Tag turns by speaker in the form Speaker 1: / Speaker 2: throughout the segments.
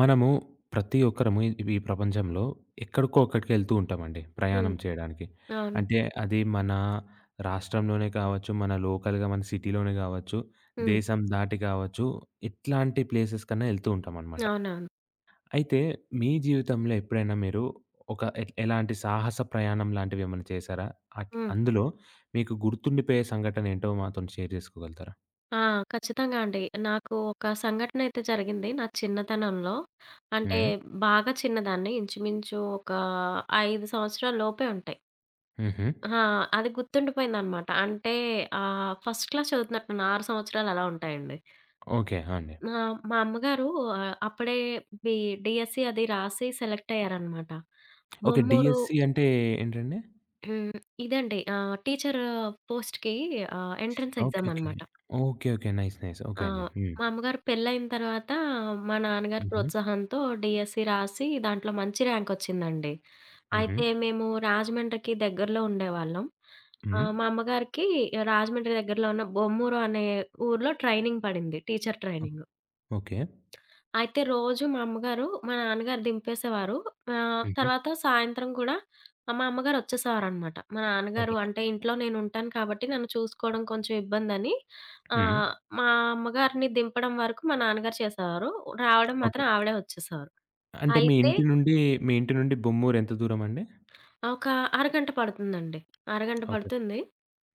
Speaker 1: మనము ప్రతి ఒక్కరము ఈ ఈ ప్రపంచంలో ఎక్కడికో అక్కడికి వెళ్తూ ఉంటామండి
Speaker 2: హ్మ్.
Speaker 1: ప్రయాణం చేయడానికి.
Speaker 2: అవును.
Speaker 1: అంటే అది మన రాష్ట్రంలోనే కావచ్చు, మన లోకల్‌గా మన సిటీలోనే కావచ్చు,
Speaker 2: హ్మ్.
Speaker 1: దేశం దాటి కావచ్చు, ఇట్లాంటి ప్లేసెస్ కన్నా వెళ్తూ ఉంటామనమాట.
Speaker 2: అవునవును.
Speaker 1: అయితే మీ జీవితంలో ఎప్పుడైనా మీరు ఒక ఎలాంటి సాహస ప్రయాణం లాంటివి ఏమైనా చేశారా?
Speaker 2: హ్మ్.
Speaker 1: అందులో మీకు గుర్తుండిపోయే సంఘటన ఏంటో మాతోని షేర్ చేసుకోగలుగుతారా?
Speaker 2: ఆ! ఖచ్చితంగా అండి. నాకు ఒక సంఘటన అయితే జరిగింది నా చిన్నతనంలో. అంటే
Speaker 1: హ్మ్.
Speaker 2: బాగా చిన్నదాన్ని ఇంచుమించు ఒక 5 సంవత్సరాల లోపే ఉంటాయి.
Speaker 1: హుహు.
Speaker 2: ఆ! అది గుర్తుండిపోయిందనమాట. అంటే ఫస్ట్ క్లాస్ చదువుతున్నట్టున్నాను, 6 సంవత్సరాలు అలా ఉంటాయండి.
Speaker 1: ఓకే. ఆ, అండి.
Speaker 2: మా మా అమ్మగారు అప్పుడే బి డీఎస్సీ అది రాసి సెలెక్ట్ అయ్యారనమాట.
Speaker 1: ఓకే.
Speaker 2: బొమ్మూరు.
Speaker 1: డీఎస్‌సీ అంటే ఏంటండి?
Speaker 2: హ్మ్. ఇదండి టీచర్ పోస్ట్‌కి ఎంట్రన్స్
Speaker 1: ఓకే.
Speaker 2: Exam
Speaker 1: okay.
Speaker 2: అనమాట.
Speaker 1: Okay. Okay. Nice. Nice. Okay
Speaker 2: ఆ!
Speaker 1: అండి. హ్మ్.
Speaker 2: మా అమ్మగారు పెళ్లయిన తర్వాత మా నాన్నగారి
Speaker 1: హుహు.
Speaker 2: ప్రోత్సాహంతో డీఎస్సీ రాసి దాంట్లో మంచి ర్యాంకొచ్చిందండి.
Speaker 1: హుహు.
Speaker 2: అయితే మేము రాజమండ్రికి దగ్గరలో ఉండేవాళ్ళం.
Speaker 1: హ్మ్.
Speaker 2: మా అమ్మగారికి రాజమండ్రి దగ్గరలో ఉన్న బొమ్మూరు అనే ఊర్లో ట్రైనింగ్ పడింది. Teacher
Speaker 1: oh!
Speaker 2: ట్రైనింగ్.
Speaker 1: ఓకే.
Speaker 2: అయితే రోజు మా అమ్మగారు, మా నాన్నగారు దింపేసేవారు.
Speaker 1: హుహు.
Speaker 2: తర్వాత సాయంత్రం కూడా మా అమ్మగారు వచ్చేసేవారనమాట. మా నాన్నగారు
Speaker 1: ఓకే.
Speaker 2: అంటే ఇంట్లో నేనుంటాను కాబట్టి నన్ను చూసుకోవడం కొంచెం ఇబ్బందని
Speaker 1: హ్మ్.
Speaker 2: ఆహ్, మా అమ్మగారిని దింపడం వరకు మా నాన్నగారు చేసేవారు. రావడం
Speaker 1: ఓకే.
Speaker 2: మాత్రం ఆవిడే వచ్చేసేవారు.
Speaker 1: అంటే మీ
Speaker 2: అయితే
Speaker 1: ఇంటి నుండి, మీ ఇంటి నుండి బొమ్మూరు ఎంత దూరమండి?
Speaker 2: ఒక అరగంట పడుతుందండి. అరగంట
Speaker 1: ఓకే.
Speaker 2: పడుతుంది.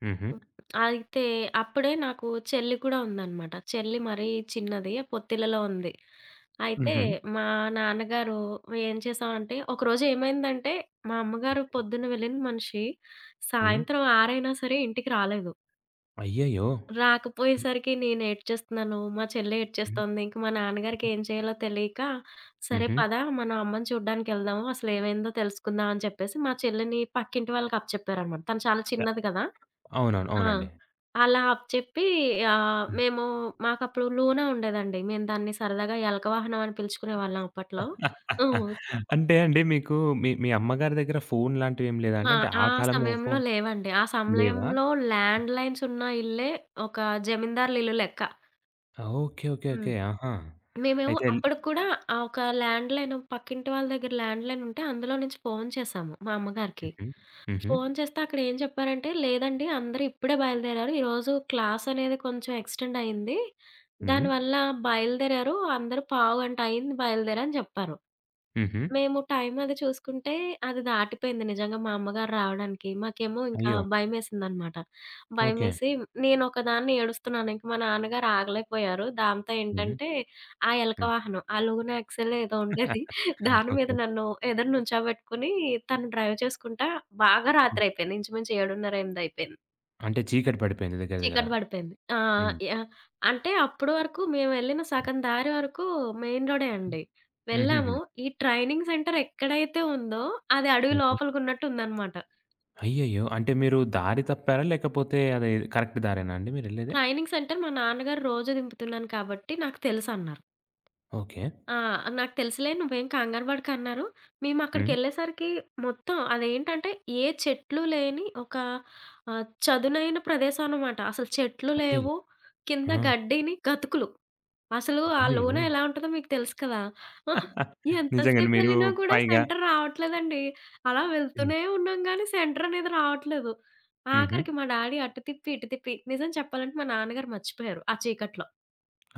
Speaker 1: హుహు.
Speaker 2: హ్మ్. అయితే అప్పుడే నాకు చెల్లి కూడా ఉందనమాట. చెల్లి మరీ చిన్నది, పొత్తిళ్లలో ఉంది. అయితే
Speaker 1: హుహు.
Speaker 2: మా నాన్నగారు ఏం చేశామంటే, ఒకరోజు ఏమైందంటే, మా అమ్మగారు పొద్దున్న వెళ్ళిన మనిషి
Speaker 1: హ్మ్.
Speaker 2: సాయంత్రం 6 అయినా సరే ఇంటికి రాలేదు.
Speaker 1: అయ్యయ్యో!
Speaker 2: రాకపోయేసరికి నేను ఏడ్చేస్తున్నాను, మా చెల్లి
Speaker 1: హ్మ్.
Speaker 2: ఏడ్చేస్తోంది. ఇంక మా నాన్నగారికి ఏం చేయాలో తెలియక, "సరే
Speaker 1: హుహు.
Speaker 2: పద, మనం అమ్మని చూడ్డానికెళ్దాము. అసలేమైందో తెలుసుకుందాం" అని చెప్పేసి మా చెల్లిని పక్కింటి వాళ్ళకి అప్పచెప్పారనమాట. తను చాలా చిన్నది కదా!
Speaker 1: అవునవును.
Speaker 2: ఆ!
Speaker 1: అవునండి.
Speaker 2: అలా అప్పచెప్పి మేము, మాకప్పుడు లూనా ఉండేదండి. మేము దాన్ని సరదాగా ఎలక వాహనం అని పిలుచుకునేవాళ్ళం అప్పట్లో. హ్మ్.
Speaker 1: అంటే అండి మీకు మీ మీ అమ్మగారి దగ్గర ఫోన్ లాంటివేమి లేదా అండి?
Speaker 2: ఆ!
Speaker 1: అంటే ఆ
Speaker 2: ఆ
Speaker 1: కాలంలో
Speaker 2: సమయంలో
Speaker 1: ఫోన్
Speaker 2: లేవండి. ఆ
Speaker 1: లేవా?
Speaker 2: సమయంలో ల్యాండ్‌లైన్స్ ఉన్న ఇల్లే ఒక జమీందారుల ఇల్లు లెక్క.
Speaker 1: ఓకే. ఓకే.
Speaker 2: హ్మ్.
Speaker 1: ఓకే. ఆహా!
Speaker 2: మేమేమో
Speaker 1: అయితే
Speaker 2: అప్పటికి కూడా ఒక ల్యాండ్‌లైన్, పక్కింటి వాళ్ళ దగ్గర ల్యాండ్‌లైన్ ఉంటే అందులో నుంచి ఫోను చేశాము మా అమ్మగారికి.
Speaker 1: హుహు. హుహు.
Speaker 2: ఫోన్ చేస్తే అక్కడేం చెప్పారంటే, లేదండి అందరూ ఇప్పుడే బయలుదేరారు. ఈరోజు క్లాసనేది కొంచెం ఎక్స్‌టెండ్ అయింది.
Speaker 1: హ్మ్.
Speaker 2: దానివల్ల బయలుదేరారు. అందరూ పావుగంట అయింది బయలుదేరని జెప్పారు.
Speaker 1: హుహు.
Speaker 2: మేము టైం అది చూసుకుంటే అది దాటిపోయింది నిజంగా మా అమ్మగారు రావడానికి. మాకేమో ఇంకా
Speaker 1: అయ్యో!
Speaker 2: భయమేసిందనమాట.
Speaker 1: ఓకే.
Speaker 2: భయమేసి నేనొకదాన్ని ఏడుస్తున్నాను. ఇంక మా నాన్నగారు ఆగలేకపోయారు. దాంతో
Speaker 1: హుహు.
Speaker 2: ఏంటంటే ఆ ఎలక
Speaker 1: హ్మ్.
Speaker 2: వాహనం, ఆ లూనా ఎక్సెలో ఏదో ఉండేది. దాని మీద
Speaker 1: ఓకే.
Speaker 2: నన్ను ఎదురు నుంచోబెట్టుకొని తను డ్రైవ్ చేసుకుంటా బాగా
Speaker 1: హ్మ్.
Speaker 2: రాత్రయిపోయింది. ఇంచుమించు 7:30, 8 అయిపోయింది.
Speaker 1: అంటే చీకటి పడిపోయింది దగ్గర దగ్గర.
Speaker 2: చీకటి పడిపోయింది. ఆ!
Speaker 1: హ్మ్.
Speaker 2: యాహ్! అంటే అప్పటి వరకు మేమెళ్ళిన సగం దారి వరకు మెయిన్ రోడే అండి.
Speaker 1: హుహుహు.
Speaker 2: వెళ్ళాము. ఈ ట్రైనింగ్ సెంటర్ ఎక్కడైతే ఉందో అది అడవి
Speaker 1: ఓకే.
Speaker 2: లోపలికున్నట్టుందనమాట.
Speaker 1: అయ్యయ్యో! అంటే మీరు దారి తప్పారా? లేకపోతే అది కరెక్ట్ దారేనా అండి మీరెళ్ళేది?
Speaker 2: ట్రైనింగ్ సెంటర్ మా నాన్నగారు రోజు దింపుతున్నాను కాబట్టి నాకు తెలుసన్నారు.
Speaker 1: ఓకే.
Speaker 2: ఆ! నాకు తెలుసులే, నువ్వేం కంగారు పడకు అన్నారు.
Speaker 1: హ్మ్.
Speaker 2: మేమక్కడికెళ్ళేసరికి మొత్తం అదేంటంటే ఏ చెట్లు లేని ఒక చదునైన ప్రదేశం అనమాట. అసలు చెట్లు
Speaker 1: అయ్యయ్యో!
Speaker 2: లేవు. కింద
Speaker 1: ఆ!
Speaker 2: గడ్డిని గతుకులు. అసలు ఆ
Speaker 1: అయ్యయ్యో!
Speaker 2: లోన ఎలా ఉంటదో మీకు తెలుసు కదా! ఎంత
Speaker 1: నిజంగానే మీరు
Speaker 2: సేపెళ్ళినా కూడా
Speaker 1: పైగా
Speaker 2: సెంటర్ రావట్లేదండి. అలా
Speaker 1: హ్మ్.
Speaker 2: వెళ్తూనే ఉన్నాం గానీ సెంటర్ అనేది రావట్లేదు.
Speaker 1: హుహు.
Speaker 2: ఆఖరికి మా డాడీ అటు తిప్పి, ఇటు తిప్పి నిజం చెప్పాలంటే మా నాన్నగారు మర్చిపోయారు ఆ చీకట్లో.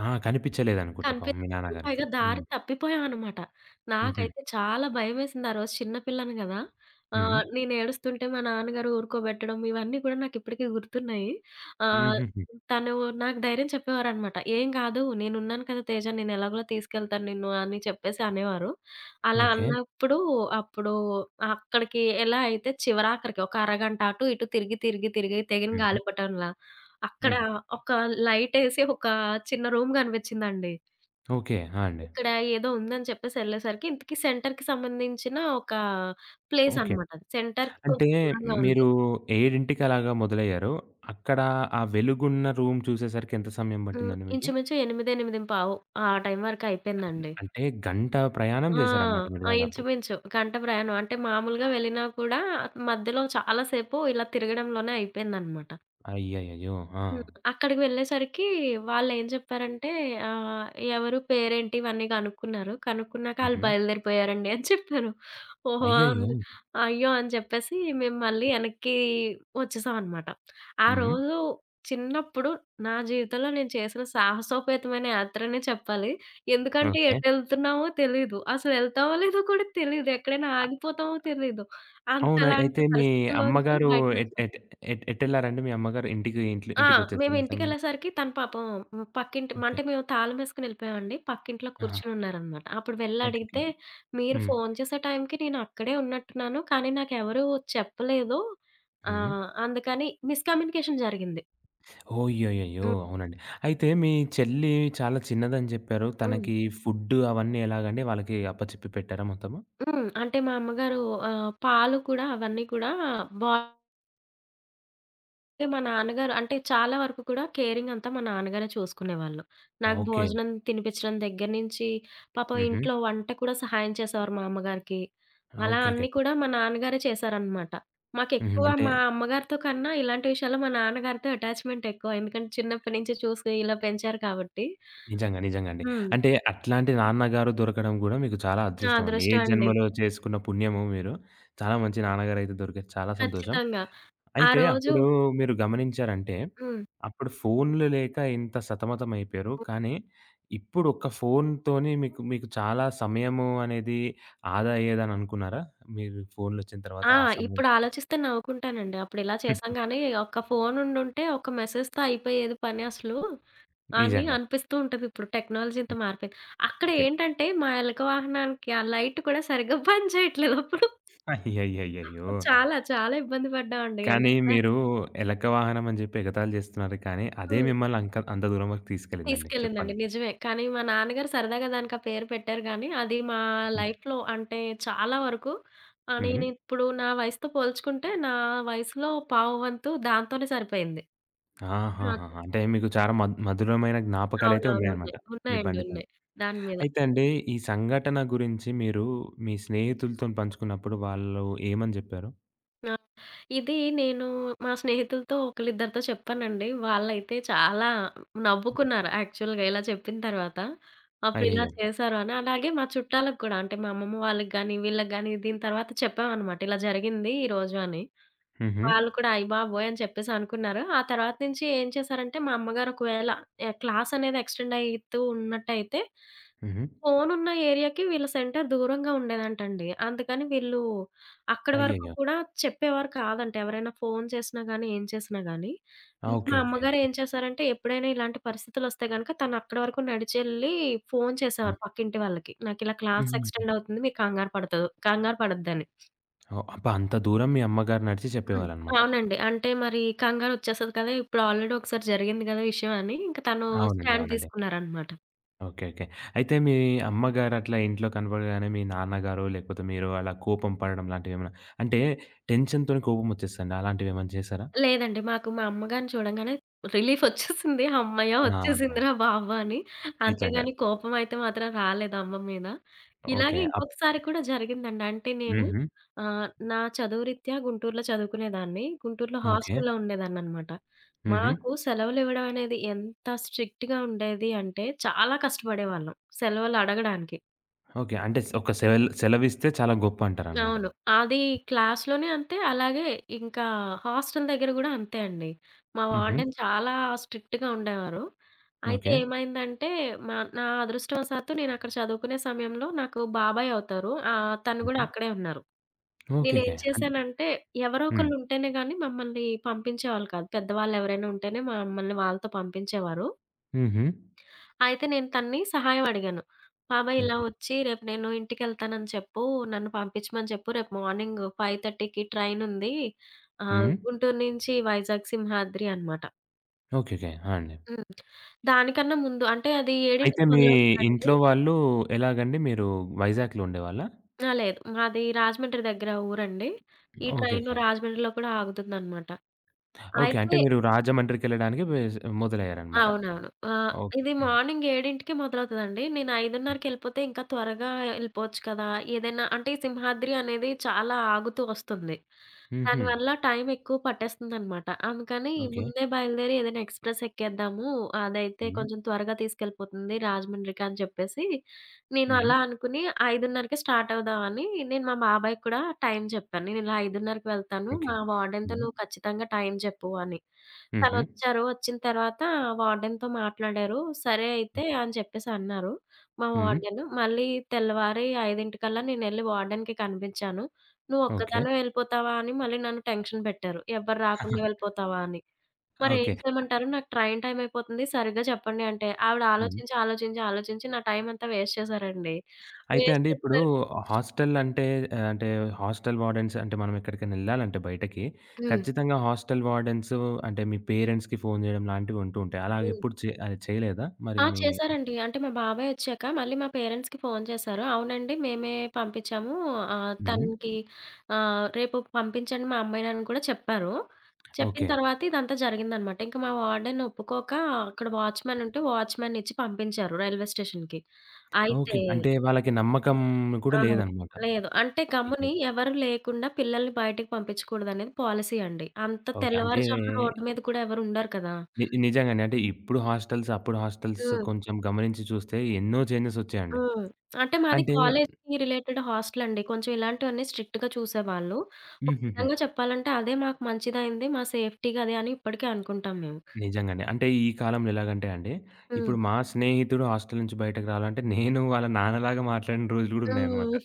Speaker 1: ఆ, కనిపించలేదనుకుంటా పాపం మీ
Speaker 2: కనిపించలేదు.
Speaker 1: నాన్నగారికి.
Speaker 2: పైగా దారి
Speaker 1: హ్మ్.
Speaker 2: తప్పిపోయామనమాట.
Speaker 1: హుహు.
Speaker 2: నాకైతే చాలా భయమేసింది. ఆ రోజు చిన్న పిల్లని గదా!
Speaker 1: హ్మ్.
Speaker 2: నేను ఏడుస్తుంటే మా నాన్నగారు ఊరుకోబెట్టడం ఇవన్నీ కూడా నాకిప్పటికి గుర్తున్నాయి. ఆహ్,
Speaker 1: హుహుహు.
Speaker 2: తను నాకు ధైర్యం చెప్పేవారనమాట. "ఏం గాదు, నేనున్నాను కదా తేజ, నేను ఎలాగోలా తీసుకెళ్తాను నిన్ను" అని చెప్పేసి అనేవారు. అలా
Speaker 1: ఓకే.
Speaker 2: అన్నప్పుడు అప్పుడు అక్కడికి ఎలా అయితే చివరాఖరికి ఒక అరగంట అటు ఇటు తిరిగి, తిరిగి, తిరిగి తెగిన
Speaker 1: హుహు.
Speaker 2: గాలిపటంలా అక్కడ
Speaker 1: హ్మ్.
Speaker 2: ఒక లైటేసి ఒక చిన్న రూమ్ గనిపించిందండి.
Speaker 1: ఓకే. ఆ, అండి.
Speaker 2: ఇక్కడ ఏదో ఉందని చెప్పేసి ఎళ్ళేసరికి ఇంతకీ సెంటర్‌కి సంబంధించిన ఒక ప్లేస్
Speaker 1: ఓకే.
Speaker 2: అనమాట అది. సెంటర్‌కి
Speaker 1: అంటే
Speaker 2: కొంచెం దూరంగా ఉంది.
Speaker 1: మీరు 7కి అలాగా మొదలయ్యారు. అక్కడ ఆ వెలుగున్న రూమ్ చూసేసరికి ఎంత సమయం
Speaker 2: హ్మ్.
Speaker 1: పట్టిందండి మీకు?
Speaker 2: ఇంచుమించు 8, 8:15 ఆ టైం వరకు అయిపోయిందండి.
Speaker 1: అంటే గంట ప్రయాణం
Speaker 2: ఆ!
Speaker 1: చేశారనమాట మీరు
Speaker 2: ఆ!
Speaker 1: దాదాపు.
Speaker 2: ఇంచుమించు గంట ప్రయాణం. అంటే మామూలుగా వెళ్ళినా కూడా మధ్యలో చాలా సేపు ఇలా తిరగడంలోనే అయిపోయిందనమాట.
Speaker 1: అయ్యయ్యయ్యో! ఆ!
Speaker 2: హ్మ్. అక్కడికి వెళ్ళేసరికి వాళ్ళేం చెప్పారంటే ఆహ్, ఎవరు పేరేంటి ఇవన్నీ కనుక్కున్నారు. కనుక్కున్నాక ఆళ్ళు
Speaker 1: హుహు.
Speaker 2: బయలుదేరిపోయారండి అని చెప్పారు. ఓహో!
Speaker 1: అయ్యయ్యో!
Speaker 2: అంది అయ్యో! అని చెప్పేసి మేము మళ్ళీ వెనక్కి వచ్చేసామనమాట. ఆ
Speaker 1: హ్మ్.
Speaker 2: రోజు చిన్నప్పుడు నా జీవితంలో నేను చేసిన సాహసోపేతమైన యాత్రనే చెప్పాలి. ఎందుకంటే
Speaker 1: ఓకే.
Speaker 2: ఎటెళ్తున్నామో తెలీదు. అసలు ఎళ్తామో లేదో కూడా తెలీదు. ఎక్కడైనా
Speaker 1: అ
Speaker 2: ఆగిపోతామో తెలీదు.
Speaker 1: అవునా? అయితే
Speaker 2: అంతలాంటి
Speaker 1: మీ
Speaker 2: పరిస్థితుల్లోంచి
Speaker 1: అమ్మగారు ఎట్
Speaker 2: బయటకొచ్చాం.
Speaker 1: ఎట్ ఎట్ ఎటెళ్లారండి మీ అమ్మగారు? ఇంటికి ఇంట్లో
Speaker 2: ఆ!
Speaker 1: ఇంటికొచ్చేసారా ఆ సమయానికి?
Speaker 2: మేమింటికెళ్ళేసరికి తను పాపం, హ్మ్, పక్కింటి,
Speaker 1: ఓకే.
Speaker 2: అంటే మేము తాళమేసుకొని ఎళ్ళిపోయామండి. పక్కింట్లో
Speaker 1: ఆహా!
Speaker 2: కూర్చొనున్నారనమాట. అప్పుడు
Speaker 1: ఓకే. ఓకే.
Speaker 2: వెళ్ళడిగితే, "మీరు
Speaker 1: హ్మ్.
Speaker 2: ఫోను చేసే టైంకి నేనక్కడే ఉన్నట్టున్నాను, కానీ నాకెవరు చెప్పలేదు.
Speaker 1: హ్మ్.
Speaker 2: అందుకని" మిస్‌కమ్యూనికేషన్ జరిగింది.
Speaker 1: ఓయ్యయ్యయ్యో!
Speaker 2: హ్మ్.
Speaker 1: అవునండి. అయితే మీ చెల్లి చాలా చిన్నదని చెప్పారు.
Speaker 2: హ్మ్.
Speaker 1: తనకి ఫుడ్డు అవన్నీ ఎలాగండి వాళ్ళకి అప్పచెప్పి పెట్టారా మొత్తము?
Speaker 2: హ్మ్. అంటే మా అమ్మగారు పాలు కూడా అవన్నీ కూడా బా అంటే మా నాన్నగారు, అంటే చాలా వరకు కూడా కేరింగ్ అంతా మా నాన్నగారే చూసుకునేవాళ్ళు. నాకు
Speaker 1: ఓకే.
Speaker 2: భోజనం తినిపించడం దగ్గర నుంచి, పాపం
Speaker 1: హుహు.
Speaker 2: ఇంట్లో వంట కూడా సహాయం చేసేవారు మా అమ్మగారికి. అలా
Speaker 1: ఓకే. ఓకే.
Speaker 2: అన్నీ కూడా మా నాన్నగారే చేశారనమాట.
Speaker 1: హుహు.
Speaker 2: మాకెక్కువ
Speaker 1: అంటే
Speaker 2: మా అమ్మగారితో కన్నా ఇలాంటి విషయాల్లో మా నాన్నగారితో అటాచ్‌మెంట్ ఎక్కువ. ఎందుకంటే చిన్నప్పటి నుంచి చూసి ఇలా పెంచారు కాబట్టి.
Speaker 1: నిజంగా. నిజంగా అండి.
Speaker 2: హ్మ్.
Speaker 1: అంటే అట్లాంటి నాన్నగారు దొరకడం గూడా మీకు చాలా
Speaker 2: నా
Speaker 1: అదృష్టం అండి. ఏ
Speaker 2: అదృష్టం అండి.
Speaker 1: జన్మలో చేసుకున్న పుణ్యమో మీరు. చాలా మంచి నాన్నగారైతే దొరికారు. చాలా సంతోషం.
Speaker 2: ఖచ్చితంగా. ఆ
Speaker 1: అయితే
Speaker 2: రోజు
Speaker 1: అప్పుడు మీరు గమనించారంటే,
Speaker 2: హ్మ్.
Speaker 1: అప్పుడు ఫోన్‌లు లేక ఇంత సతమతమైపోయారు. కానీ ఇప్పుడు ఒక్క ఫోన్‌తోని మీకు మీకు చాలా సమయము అనేది ఆదా అయ్యేదని అనుకున్నారా? మీరు ఫోన్‌లొచ్చిన తర్వాత
Speaker 2: ఆ!
Speaker 1: ఆ సమయం
Speaker 2: ఇప్పుడు
Speaker 1: గుర్తొచ్చింది.
Speaker 2: ఆలోచిస్తే నవ్వుకుంటానండి. అప్పుడు ఇలా చేశాం గానీ, ఒక్క ఫోన్ ఉండుంటే ఒక మెసేజ్‌తో అయిపోయేది పని అసలు అని
Speaker 1: నిజంగా.
Speaker 2: అనిపిస్తూ ఉంటది. ఇప్పుడు టెక్నాలజీ ఇంత
Speaker 1: హ్మ్.
Speaker 2: మారిపోయింది. అక్కడ
Speaker 1: ఓకే.
Speaker 2: ఏంటంటే మా ఎలక వాహనానికి ఆ లైట్ కూడా సరిగ్గా పని చేయట్లేదు అప్పుడు.
Speaker 1: అయ్యయ్యయ్యయ్యో!
Speaker 2: చాలా చాలా ఇబ్బంది పడ్డామండి. అంటే
Speaker 1: కానీ
Speaker 2: ఇక
Speaker 1: మీరు ఎలక వాహనం అని జెప్పి ఎగతాళి జేస్తున్నారు కానీ, అదే
Speaker 2: హ్మ్.
Speaker 1: మిమ్మల్ని అంత దూరం వరకు తీసుకెళ్ళిందండి
Speaker 2: తీసుకెళ్ళిందండి
Speaker 1: చెప్పాలంటే.
Speaker 2: నిజమే. కానీ మా నాన్నగారు సరదాగా దానికి ఆ పేరు పెట్టారు గానీ, అది మా
Speaker 1: హ్మ్.
Speaker 2: లైఫ్‌లో అంటే చాలా వరకు
Speaker 1: హ్మ్.
Speaker 2: నేనిప్పుడు నా వయసుతో పోల్చుకుంటే, నా వయసులో పావు వంతు దాంతోనే సరిపోయింది నాకు.
Speaker 1: ఆహాహాహా! అంటే మీకు చాలా మధురమైన జ్ఞాపకాలైతే
Speaker 2: అవునవును.
Speaker 1: ఉన్నాయన్నమాట
Speaker 2: ఉన్నాయి.
Speaker 1: మీ
Speaker 2: ఉన్నాయండి.
Speaker 1: బండితోని.
Speaker 2: ఉన్నాయి. దాని మీద.
Speaker 1: అయితే అండి, ఈ సంఘటన గురించి మీరు మీ స్నేహితులతోని పంచుకున్నప్పుడు వాళ్ళు ఏమని జెప్పారు?
Speaker 2: ఆ! ఇది నేను మా స్నేహితులతో ఒకళ్ళిద్దరితో చెప్పానండి. వాళ్ళైతే చాలా నవ్వుకున్నారు యాక్చువల్‌గా ఇలా చెప్పిన తర్వాత. అప్పుడు ఇలా
Speaker 1: అయ్యయ్యో!
Speaker 2: చేశారు అని. అలాగే మా చుట్టాలకు కూడా, అంటే మా అమ్మమ్మ వాళ్ళకి గాని, వీళ్ళకి గాని దీని తర్వాత చెప్పామనమాట. ఇలా జరిగింది ఈరోజు అని.
Speaker 1: హుహు.
Speaker 2: వాళ్ళు కూడా అయ్య బాబోయ్! అని చెప్పేసి అనుకున్నారు. ఆ తర్వాత నుంచి ఏం చేశారంటే మా అమ్మగారు ఒకవేళ క్లాస్ అనేది ఎక్స్టెండ్ అయితూ ఉన్నట్టయితే
Speaker 1: హుహు.
Speaker 2: ఫోనున్న ఏరియాకి వీళ్ళ సెంటర్ దూరంగా ఉండేదంటండి. అందుకని వీళ్ళు అక్కడి వరకు
Speaker 1: అయ్యయ్యో!
Speaker 2: కూడా చెప్పేవారు కాదంట. ఎవరైనా ఫోను చేసినా గానీ, ఏం చేసినా గానీ.
Speaker 1: ఆ!
Speaker 2: ఇంక
Speaker 1: ఓకే.
Speaker 2: మా అమ్మగారు
Speaker 1: ఓకే.
Speaker 2: ఏం చేశారంటే, ఎప్పుడైనా ఇలాంటి పరిస్థితులొస్తే గనక తనక్కడి వరకు నడిచెళ్ళి ఫోను
Speaker 1: హ్మ్.
Speaker 2: చేసేవారు పక్కింటి వాళ్ళకి. నాకిలా క్లాస్
Speaker 1: హుహుహు.
Speaker 2: ఎక్స్‌టెండ్ అవుతుంది. మీరు కంగారు పడతదో, కంగారు పడొద్దని.
Speaker 1: ఓహ్! అబ్బా! అంత దూరం మీ అమ్మగారు నడిచి
Speaker 2: హ్మ్.
Speaker 1: చెప్పేవాళ్ళనమాట.
Speaker 2: అవునండి. అంటే మరి కంగారొచ్చేస్తది కదా! ఇప్పుడు ఆల్రెడీ ఒకసారి జరిగింది గదా విషయం అని, ఇంక తను
Speaker 1: అవునండి.
Speaker 2: స్టాండ్
Speaker 1: అవునండి.
Speaker 2: తీసుకున్నారనమాట.
Speaker 1: ఓకే. ఓకే. అయితే మీ అమ్మగారు అట్లా ఇంట్లో కనపడగానే మీ నాన్నగారో లేకపోతే మీరు అలా కోపం పడడం లాంటివేమన్నా అంటే టెన్షన్‌తోని కోపం ఒచ్చేస్తదండి. అలాంటివేమన్నా చేశారా?
Speaker 2: లేదండి. మాకు మా అమ్మగారిని చూడంగానే రిలీఫొచ్చేసింది. హమ్మయ్య!
Speaker 1: ఆ!
Speaker 2: వచ్చేసిందిరా బాబు అని.
Speaker 1: నిజంగా.
Speaker 2: అంతేగాని కోపమయితే మాత్రం రాలేదు అమ్మ మీద.
Speaker 1: ఓకే.
Speaker 2: ఇలాగే ఇంకొకసారి కూడా జరిగిందండి. అంటే నేను
Speaker 1: హుహు.
Speaker 2: నా చదువు రీత్యా గుంటూరులో చదువుకునేదాన్ని. గుంటూరులో
Speaker 1: ఓకే.
Speaker 2: హాస్టల్‌లో ఉండేదాన్ననమాట.
Speaker 1: హుహు.
Speaker 2: మాకు సెలవులివ్వడం అనేది ఎంత స్ట్రిక్ట్‌గా ఉండేది అంటే చాలా కష్టపడేవాళ్ళం సెలవులు అడగడానికి.
Speaker 1: ఓకే. అంటే ఒక సెలవిస్తే చాలా గొప్పంటారనమాట.
Speaker 2: అవును. అది క్లాస్‌లోనే అంతే. అలాగే ఇంకా హాస్టల్ దగ్గర గూడా అంతే అండి. మా హ్మ్.
Speaker 1: హుహు.
Speaker 2: వార్డెన్ చాలా స్ట్రిక్ట్‌గా ఉండేవారు. అయితే
Speaker 1: ఓకే.
Speaker 2: ఏమైందంటే, నా అదృష్టవశాత్తు నేనక్కడ చదువుకునే సమయంలో నాకు బాబాయ్ అవుతారు. తను గూడా
Speaker 1: హుహు.
Speaker 2: అక్కడే ఉన్నారు. నేనేం
Speaker 1: ఓకేకే.
Speaker 2: చేశానంటే, ఎవరో
Speaker 1: హ్మ్.
Speaker 2: ఒకళ్ళు ఉంటేనే గానీ మమ్మల్ని పంపించేవాళ్ళు కాదు. పెద్దవాళ్ళెవరైనా ఉంటేనే మమ్మల్ని వాళ్ళతో పంపించేవారు.
Speaker 1: హుహు.
Speaker 2: అయితే నేను తనని సహాయం అడిగాను. బాబాయ్ ఇలా
Speaker 1: ఓకే.
Speaker 2: వచ్చి రేపు నేను ఇంటికెళ్తానని చెప్పు. నన్ను పంపించమని చెప్పు. రేపు మార్నింగ్ 5:30కి ట్రైనుంది.
Speaker 1: హ్మ్.
Speaker 2: గుంటూరు నుంచి వైజాగ్ సింహాద్రి అనమాట.
Speaker 1: ఓకేకే. ఆ, అండి.
Speaker 2: హ్మ్. దానికన్నా ముందు అంటే అది 7కి
Speaker 1: అయితే మీ
Speaker 2: మొదలవుతదండి.
Speaker 1: ఇంట్లో వాళ్ళు ఎలాగండి? మీరు వైజాగ్‌లో ఉండేవాళ్ళా?
Speaker 2: ఆ! లేదు. మాది రాజమండ్రి దగ్గర ఊరండి. ఈ ట్రైను
Speaker 1: ఓకేకే. ఓకే.
Speaker 2: రాజమండ్రిలో కూడా ఆగుతుందనమాట.
Speaker 1: ఓకే అంటే
Speaker 2: అయితే
Speaker 1: మీరు రాజమండ్రికెళ్ళడానికి మొదలయ్యారనమాట.
Speaker 2: అవునవును.
Speaker 1: ఓకే.
Speaker 2: ఇది
Speaker 1: హ్మ్.
Speaker 2: మార్నింగ్ 7కి మొదలవుతదండి. నేను 5:30కెళ్ళిపోతే ఇంకా త్వరగా ఎళ్ళిపోవచ్చు కదా! ఏదైనా, అంటే ఈ సింహాద్రి అనేది చాలా ఆగుతూ వస్తుంది.
Speaker 1: హుహు.
Speaker 2: దానివల్ల టైం ఎక్కువ పట్టేస్తుందనమాట. అందుకని
Speaker 1: ఓకే.
Speaker 2: ముందే బయలుదేరి ఏదైనా ఎక్స్‌ప్రెస్ ఎక్కేద్దాము. అదైతే
Speaker 1: హ్మ్.
Speaker 2: కొంచెం త్వరగా తీసుకెళ్ళిపోతుంది రాజమండ్రికి అని చెప్పేసి, నేను
Speaker 1: హ్మ్.
Speaker 2: అలా అనుకుని 5:30కి స్టార్ట్ అవుదామని నేను మా బాబాయ్‌కి కూడా టైం చెప్పాను. "నేను ఇలా 5:30కి వెళ్తాను.
Speaker 1: ఓకే.
Speaker 2: మా వార్డెన్‌తో
Speaker 1: హుహు.
Speaker 2: నువ్వు ఖచ్చితంగా టైం చెప్పు" అని. తను
Speaker 1: హుహు.
Speaker 2: వచ్చారు. వచ్చిన తర్వాత వార్డెన్‌తో మాట్లాడారు. సరే అయితే అని చెప్పేసి అన్నారు మా
Speaker 1: హుహు.
Speaker 2: వార్డెన్. మళ్ళీ తెల్లవారి 5:00కల్లా నేనెళ్ళి వార్డెన్‌కి కనిపించాను.
Speaker 1: ఓకే.
Speaker 2: "నువ్వొక్కదానివే వెళ్ళిపోతావా?" అని మళ్ళీ నన్ను టెన్షన్ పెట్టారు. "ఎవ్వరు రాకుండా వెళ్ళిపోతావా?" అని. మరి ఏం
Speaker 1: ఓకే.
Speaker 2: చేయమంటారు? నాకు ట్రైన్ టైమ్ అయిపోతుంది. సరిగ్గా చెప్పండి అంటే, ఆవిడ
Speaker 1: హ్మ్.
Speaker 2: ఆలోచించి, ఆలోచించి, ఆలోచించి నా టైం అంతా వేస్ట్ చేశారండి.
Speaker 1: అయితే
Speaker 2: వేస్ట్
Speaker 1: అండి ఇప్పుడు
Speaker 2: చేసేసరికి
Speaker 1: హాస్టల్ అంటే అంటే హాస్టల్ వార్డెన్స్ అంటే మనం ఎక్కడికైనెళ్ళాలంటే బయటకి,
Speaker 2: హ్మ్.
Speaker 1: ఖచ్చితంగా హాస్టల్ వార్డెన్స్ అంటే మీ పేరెంట్స్‌కి ఫోను జేయడం లాంటివి ఉంటూ ఉంటాయి.
Speaker 2: హ్మ్.
Speaker 1: అలాగెప్పుడు అది చేయలేదా? మరి
Speaker 2: ఆ!
Speaker 1: మీ
Speaker 2: చేశారండి. అంటే మా బాబాయ్ ఒచ్చాక మళ్ళీ మా పేరెంట్స్‌కి ఫోను చేశారు. అవునండి మేమే పంపించాము.
Speaker 1: హ్మ్.
Speaker 2: తనకి రేపు పంపించండి మా అమ్మాయినని కూడా చెప్పారు. చెప్పిన
Speaker 1: ఓకే.
Speaker 2: తర్వాత ఇదంతా జరిగిందనమాట. ఇంక మా వార్డెన్ ఒప్పుకోక అక్కడ వాచ్‌మెన్ ఉంటే వాచ్‌మెన్నిచ్చి పంపించారు రైల్వే స్టేషన్‌కి.
Speaker 1: ఓకే.
Speaker 2: అయితే
Speaker 1: అంటే వాళ్ళకి నమ్మకం కూడా
Speaker 2: ఆ!
Speaker 1: లేదనమాట.
Speaker 2: లేదు. అంటే గమ్ముని
Speaker 1: అయ్యయ్యో!
Speaker 2: ఎవరు లేకుండా పిల్లల్ని బయటకి పంపించకూడదనేది పాలిసీ అండి. అంత
Speaker 1: ఓకే. అంటే
Speaker 2: తెల్లవారుజామున రోడ్డు మీద కూడా ఎవరు ఉండరు కదా!
Speaker 1: నిజంగానే అంటే ఇప్పుడు హాస్టల్స్, అప్పుడు హాస్టల్స్
Speaker 2: హ్మ్.
Speaker 1: కొంచెం గమనించి చూస్తే ఎన్నో చేంజెసొచ్చాయండి.
Speaker 2: హ్మ్. అంటే మాది
Speaker 1: అంటే
Speaker 2: కాలేజ్‌కి రిలేటెడ్ హాస్టల్ అండి. కొంచెం ఇలాంటివన్నీ స్ట్రిక్ట్‌గా చూసేవాళ్ళు. ఒక
Speaker 1: హుహుహు.
Speaker 2: విధంగా చెప్పాలంటే అదే మాకు మంచిదయింది. మా సేఫ్టీకి అదే అని ఇప్పటికీ అనుకుంటాం మేము.
Speaker 1: నిజంగానే. అంటే ఈ కాలంలో ఎలాగంటే అండి,
Speaker 2: హ్మ్.
Speaker 1: ఇప్పుడు మా స్నేహితుడు హాస్టల్ నుంచి బయటకి రావాలంటే నేను వాళ్ళ నాన్నలాగా మాట్లాడిన రోజులు గూడా ఉన్నాయన్నమాట.
Speaker 2: హ్మ్.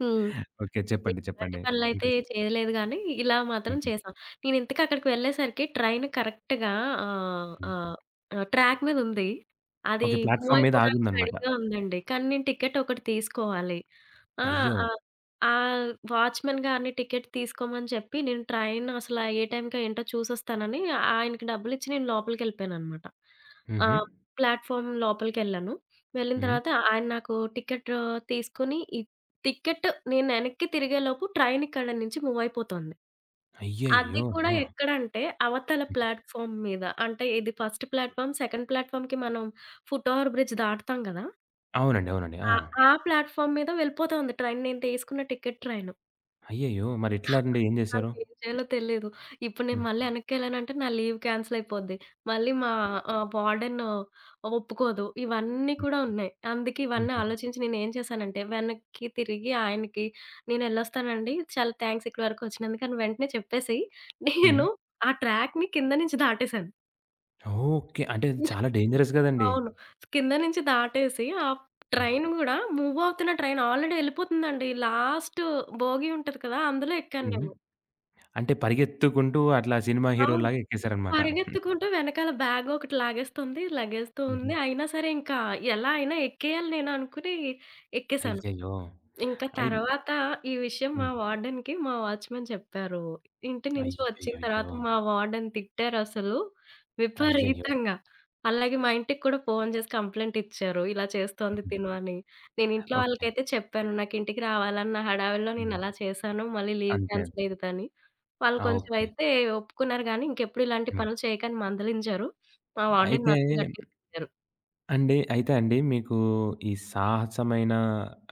Speaker 2: హ్మ్.
Speaker 1: ఓకే. చెప్పండి.
Speaker 2: మేము ఎలాంటి
Speaker 1: చెప్పండి.
Speaker 2: పనులైతే
Speaker 1: ఇంట్రెస్ట్
Speaker 2: చేయలేదు గానీ, ఇలా మాత్రం
Speaker 1: హుహు.
Speaker 2: చేసాం. నేనింతకీ అక్కడికి వెళ్ళేసరికి ట్రైన్ కరెక్ట్‌గా ఆహ్,
Speaker 1: హ్మ్.
Speaker 2: ఆహ్, ఆహ్, ట్రాక్ మీదుంది. అది
Speaker 1: ఓకే.
Speaker 2: మూవ్
Speaker 1: ప్లాట్‌ఫార్మ్ మీద
Speaker 2: అయిపోవడానికి
Speaker 1: ఆగుందన్నమాట.
Speaker 2: రెడీగా ఉందండి. కానీ నేను టికెట్ ఒకటి తీసుకోవాలి. ఆ!
Speaker 1: అయ్యో!
Speaker 2: ఆహ్, ఆ వాచ్‌మెన్ గారిని టికెట్ తీసుకోమని చెప్పి, నేను ట్రైన్ అసల ఏ టైంకో ఏంటో చూసొస్తానని ఆయనకి డబ్బులిచ్చి నేను లోపలికెళ్ళిపోయాననమాట. ఆ!
Speaker 1: హుహు.
Speaker 2: ప్లాట్‌ఫార్మ్ లోపలికెళ్ళాను. వెళ్ళిన
Speaker 1: హ్మ్.
Speaker 2: తర్వాత ఆయన నాకు టికెట్ తీసుకొని, టికెట్ నేనెనక్కి తిరిగేలోపు ట్రైన్ ఇక్కడి నుంచి మూవ్ అయిపోతోంది. అది
Speaker 1: అయ్యయ్యో!
Speaker 2: కూడా
Speaker 1: ఆ!
Speaker 2: ఎక్కడంటే అవతల ప్లాట్‌ఫార్మ్ మీద. అంటే ఇది ఫస్ట్ ప్లాట్‌ఫార్మ్, సెకండ్ ప్లాట్‌ఫార్మ్‌కి మనం ఫుట్ ఓవర్ బ్రిడ్జ్ దాటుతాం గదా!
Speaker 1: అవునండి. అవునండి. ఆ!
Speaker 2: ఆ ఆ ప్లాట్‌ఫార్మ్ మీద వెళ్ళిపోతోంది ట్రైన్. నేను తీసుకున్న టికెట్ ట్రైన్.
Speaker 1: అయ్యయ్యో! మరెట్లండి? ఏం జేశారు?
Speaker 2: నాకేం చేయాలో తెలీదు. ఇప్పుడు నేను
Speaker 1: హ్మ్.
Speaker 2: మళ్ళీ ఎనక్కెళ్ళానంటే నా లీవ్ క్యాన్సెల్ అయిపోద్ది. మళ్ళీ మా
Speaker 1: అయ్యో!
Speaker 2: వార్డెన్ ఒప్పుకోదు. ఇవన్నీ
Speaker 1: హ్మ్.
Speaker 2: కూడా ఉన్నాయి. అందుకే ఇవన్నీ
Speaker 1: హుహు.
Speaker 2: ఆలోచించి నేనేం చేశానంటే వెనక్కి తిరిగి ఆయనకి "నేనెళ్ళొస్తానండి. చాలా థాంక్స్ ఇక్కడి వరకు వచ్చినందుకు" అని వెంటనే చెప్పేసి
Speaker 1: హుహు.
Speaker 2: నేను ఆ ట్రాక్‌ని కింద నుంచి దాటేసాను.
Speaker 1: ఓకే. అంటే అది చాలా డేంజరస్ గదండీ!
Speaker 2: అవును. కింద నుంచి దాటేసి ఆ
Speaker 1: హ్మ్.
Speaker 2: ట్రైన్ గూడా మూవ్ అవుతున్న ట్రైన్ ఆల్రెడీ ఎళ్ళిపోతుందండి. లాస్ట్ బోగీ ఉంటది కదా! అందులో ఎక్కాను
Speaker 1: హుహు.
Speaker 2: నేను.
Speaker 1: అంటే పరిగెత్తుకుంటూ అట్లా సినిమా
Speaker 2: అవును.
Speaker 1: హీరో‌లాగా ఎక్కేసారన్నమాట.
Speaker 2: పరిగెత్తుకుంటూ వెనకాల బ్యాగ్ ఒకటి లాగేస్తుంది. లగేజ్‌తో
Speaker 1: హుహు.
Speaker 2: ఉంది. అయినా సరే ఇంకా ఎలా అయినా ఎక్కేయాలి నేను అనుకుని ఎక్కేసాను.
Speaker 1: అయ్యయ్యో!
Speaker 2: ఇంక
Speaker 1: అయి
Speaker 2: తర్వాత ఈ విషయం మా
Speaker 1: హ్మ్.
Speaker 2: వార్డెన్‌కి మా వాచ్‌మెన్ చెప్పారు. ఇంటి నుంచి వచ్చిన
Speaker 1: అయ్యయ్యయ్యో!
Speaker 2: తర్వాత మా వార్డెన్ తిట్టారసలు
Speaker 1: అయ్యయ్యో!
Speaker 2: విపరీతంగా. అలాగే మా ఇంటికి కూడా ఫోను చేసి కంప్లెయింట్ ఇచ్చారు. ఇలా చేస్తోంది
Speaker 1: హ్మ్.
Speaker 2: తిను అని. నేను ఇంట్లో
Speaker 1: ఓకే.
Speaker 2: వాళ్ళకైతే చెప్పాను. నాకు ఇంటికి రావాలన్న హడావిడిలో నేను
Speaker 1: హ్మ్.
Speaker 2: అలా చేశాను. మళ్ళీ లీవ్
Speaker 1: అంతే.
Speaker 2: క్యాన్సిల్
Speaker 1: అంతే.
Speaker 2: అయ్యిద్దని. వాళ్ళు
Speaker 1: ఆ!
Speaker 2: కొంచెం
Speaker 1: ఓకే.
Speaker 2: అయితే ఒప్పుకున్నారు గానీ, ఇంకెప్పుడు ఇలాంటి
Speaker 1: హ్మ్.
Speaker 2: పనులు చేయకని మందలించారు. మా వార్డెన్
Speaker 1: అయితే
Speaker 2: మాత్రం గట్టిగా తిట్టారు.
Speaker 1: అండి అయితే అండి మీకు ఈ సాహసమైన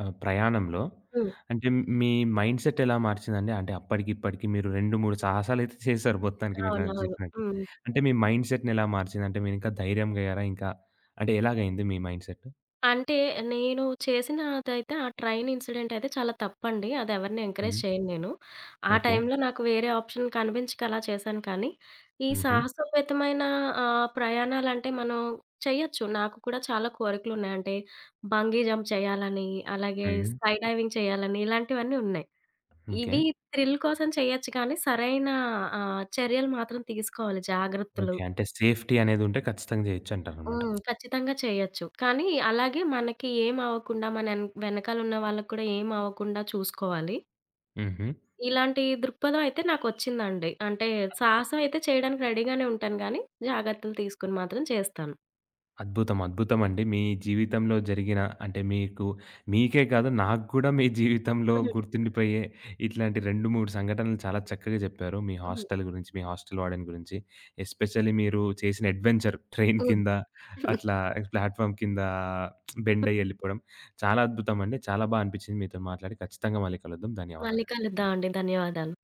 Speaker 1: ప్రయాణంలో
Speaker 2: హ్మ్.
Speaker 1: అంటే మీ మైండ్‌సెట్ ఎలా మార్చిందండి? అంటే అప్పటికి, ఇప్పటికి మీరు 2, 3 సాహసాలైతే చేశారు మొత్తానికి మీరు నాకు
Speaker 2: అవునవును.
Speaker 1: చెప్పినట్టు.
Speaker 2: హ్మ్.
Speaker 1: అంటే మీ మైండ్‌సెట్‌ని ఎలా మార్చింది? అంటే మీరింకా ధైర్యంగయ్యారా? ఇంకా అంటే ఎలాగయింది మీ మైండ్‌సెట్?
Speaker 2: అంటే నేను చేసినదైతే ఆ ట్రైన్ ఇన్సిడెంట్ అయితే చాలా తప్పండి. అది ఎవరిని ఎంకరేజ్
Speaker 1: హ్మ్.
Speaker 2: చేయను నేను. ఆ
Speaker 1: ఓకే.
Speaker 2: టైంలో నాకు వేరే ఆప్షన్ కనిపించక అలా చేశాను కానీ, ఈ
Speaker 1: హుహు.
Speaker 2: సాహసోపేతమైన ప్రయాణాలంటే మనం చేయొచ్చు. నాకు కూడా చాలా కోరికలున్నాయి. అంటే బంగీ జంప్ చేయాలని, అలాగే
Speaker 1: హ్మ్.
Speaker 2: స్కై డైవింగ్ చేయాలని ఇలాంటివన్నీ ఉన్నాయి.
Speaker 1: ఓకే.
Speaker 2: ఇవి థ్రిల్ కోసం చేయొచ్చు కానీ సరైన చర్యలు మాత్రం తీసుకోవాలి, జాగ్రత్తలు.
Speaker 1: ఓకే. అంటే సేఫ్టీ అనేదుంటే ఖచ్చితంగా జేయొచ్చంటారనమాట.
Speaker 2: హ్మ్. ఖచ్చితంగా చేయొచ్చు. కానీ అలాగే మనకి ఏం అవ్వకుండా మన వెనకాలన్న వాళ్ళకి కూడా ఏం అవ్వకుండా చూసుకోవాలి.
Speaker 1: హుహు.
Speaker 2: ఇలాంటి దృక్పథం అయితే నాకొచ్చిందండి. అంటే సాహసం అయితే చేయడానికి రెడీగానే ఉంటాను గానీ, జాగ్రత్తలు తీసుకొని మాత్రం చేస్తాను.
Speaker 1: అద్భుతం. అద్భుతమండి. మీ జీవితంలో జరిగిన అంటే మీకు మీకే కాదు నాకు గూడా మీ జీవితంలో
Speaker 2: హ్మ్.
Speaker 1: గుర్తుండిపోయే ఇట్లాంటి 2, 3 సంఘటనలు చాలా చక్కగా జెప్పారు. మీ
Speaker 2: హ్మ్.
Speaker 1: హాస్టల్ గురించి, మీ హాస్టల్ వార్డెన్ గురించి, ఎస్పెషల్లీ మీరు చేసిన అడ్వెంచర్ ట్రైన్
Speaker 2: హ్మ్.
Speaker 1: కింద అట్లా ప్లాట్‌ఫార్మ్ కింద బెండయ్యి యెళ్ళిపోవడం చాలా అద్భుతమండి. చాలా బా అనిపిచ్చింది మీతోని మాట్లాడి. ఖచ్చితంగా మళ్ళీ కలుద్దాం.
Speaker 2: మళ్ళీ
Speaker 1: ధన్యవాదాలండి.
Speaker 2: కలుద్దామండి. ధన్యవాదాలు.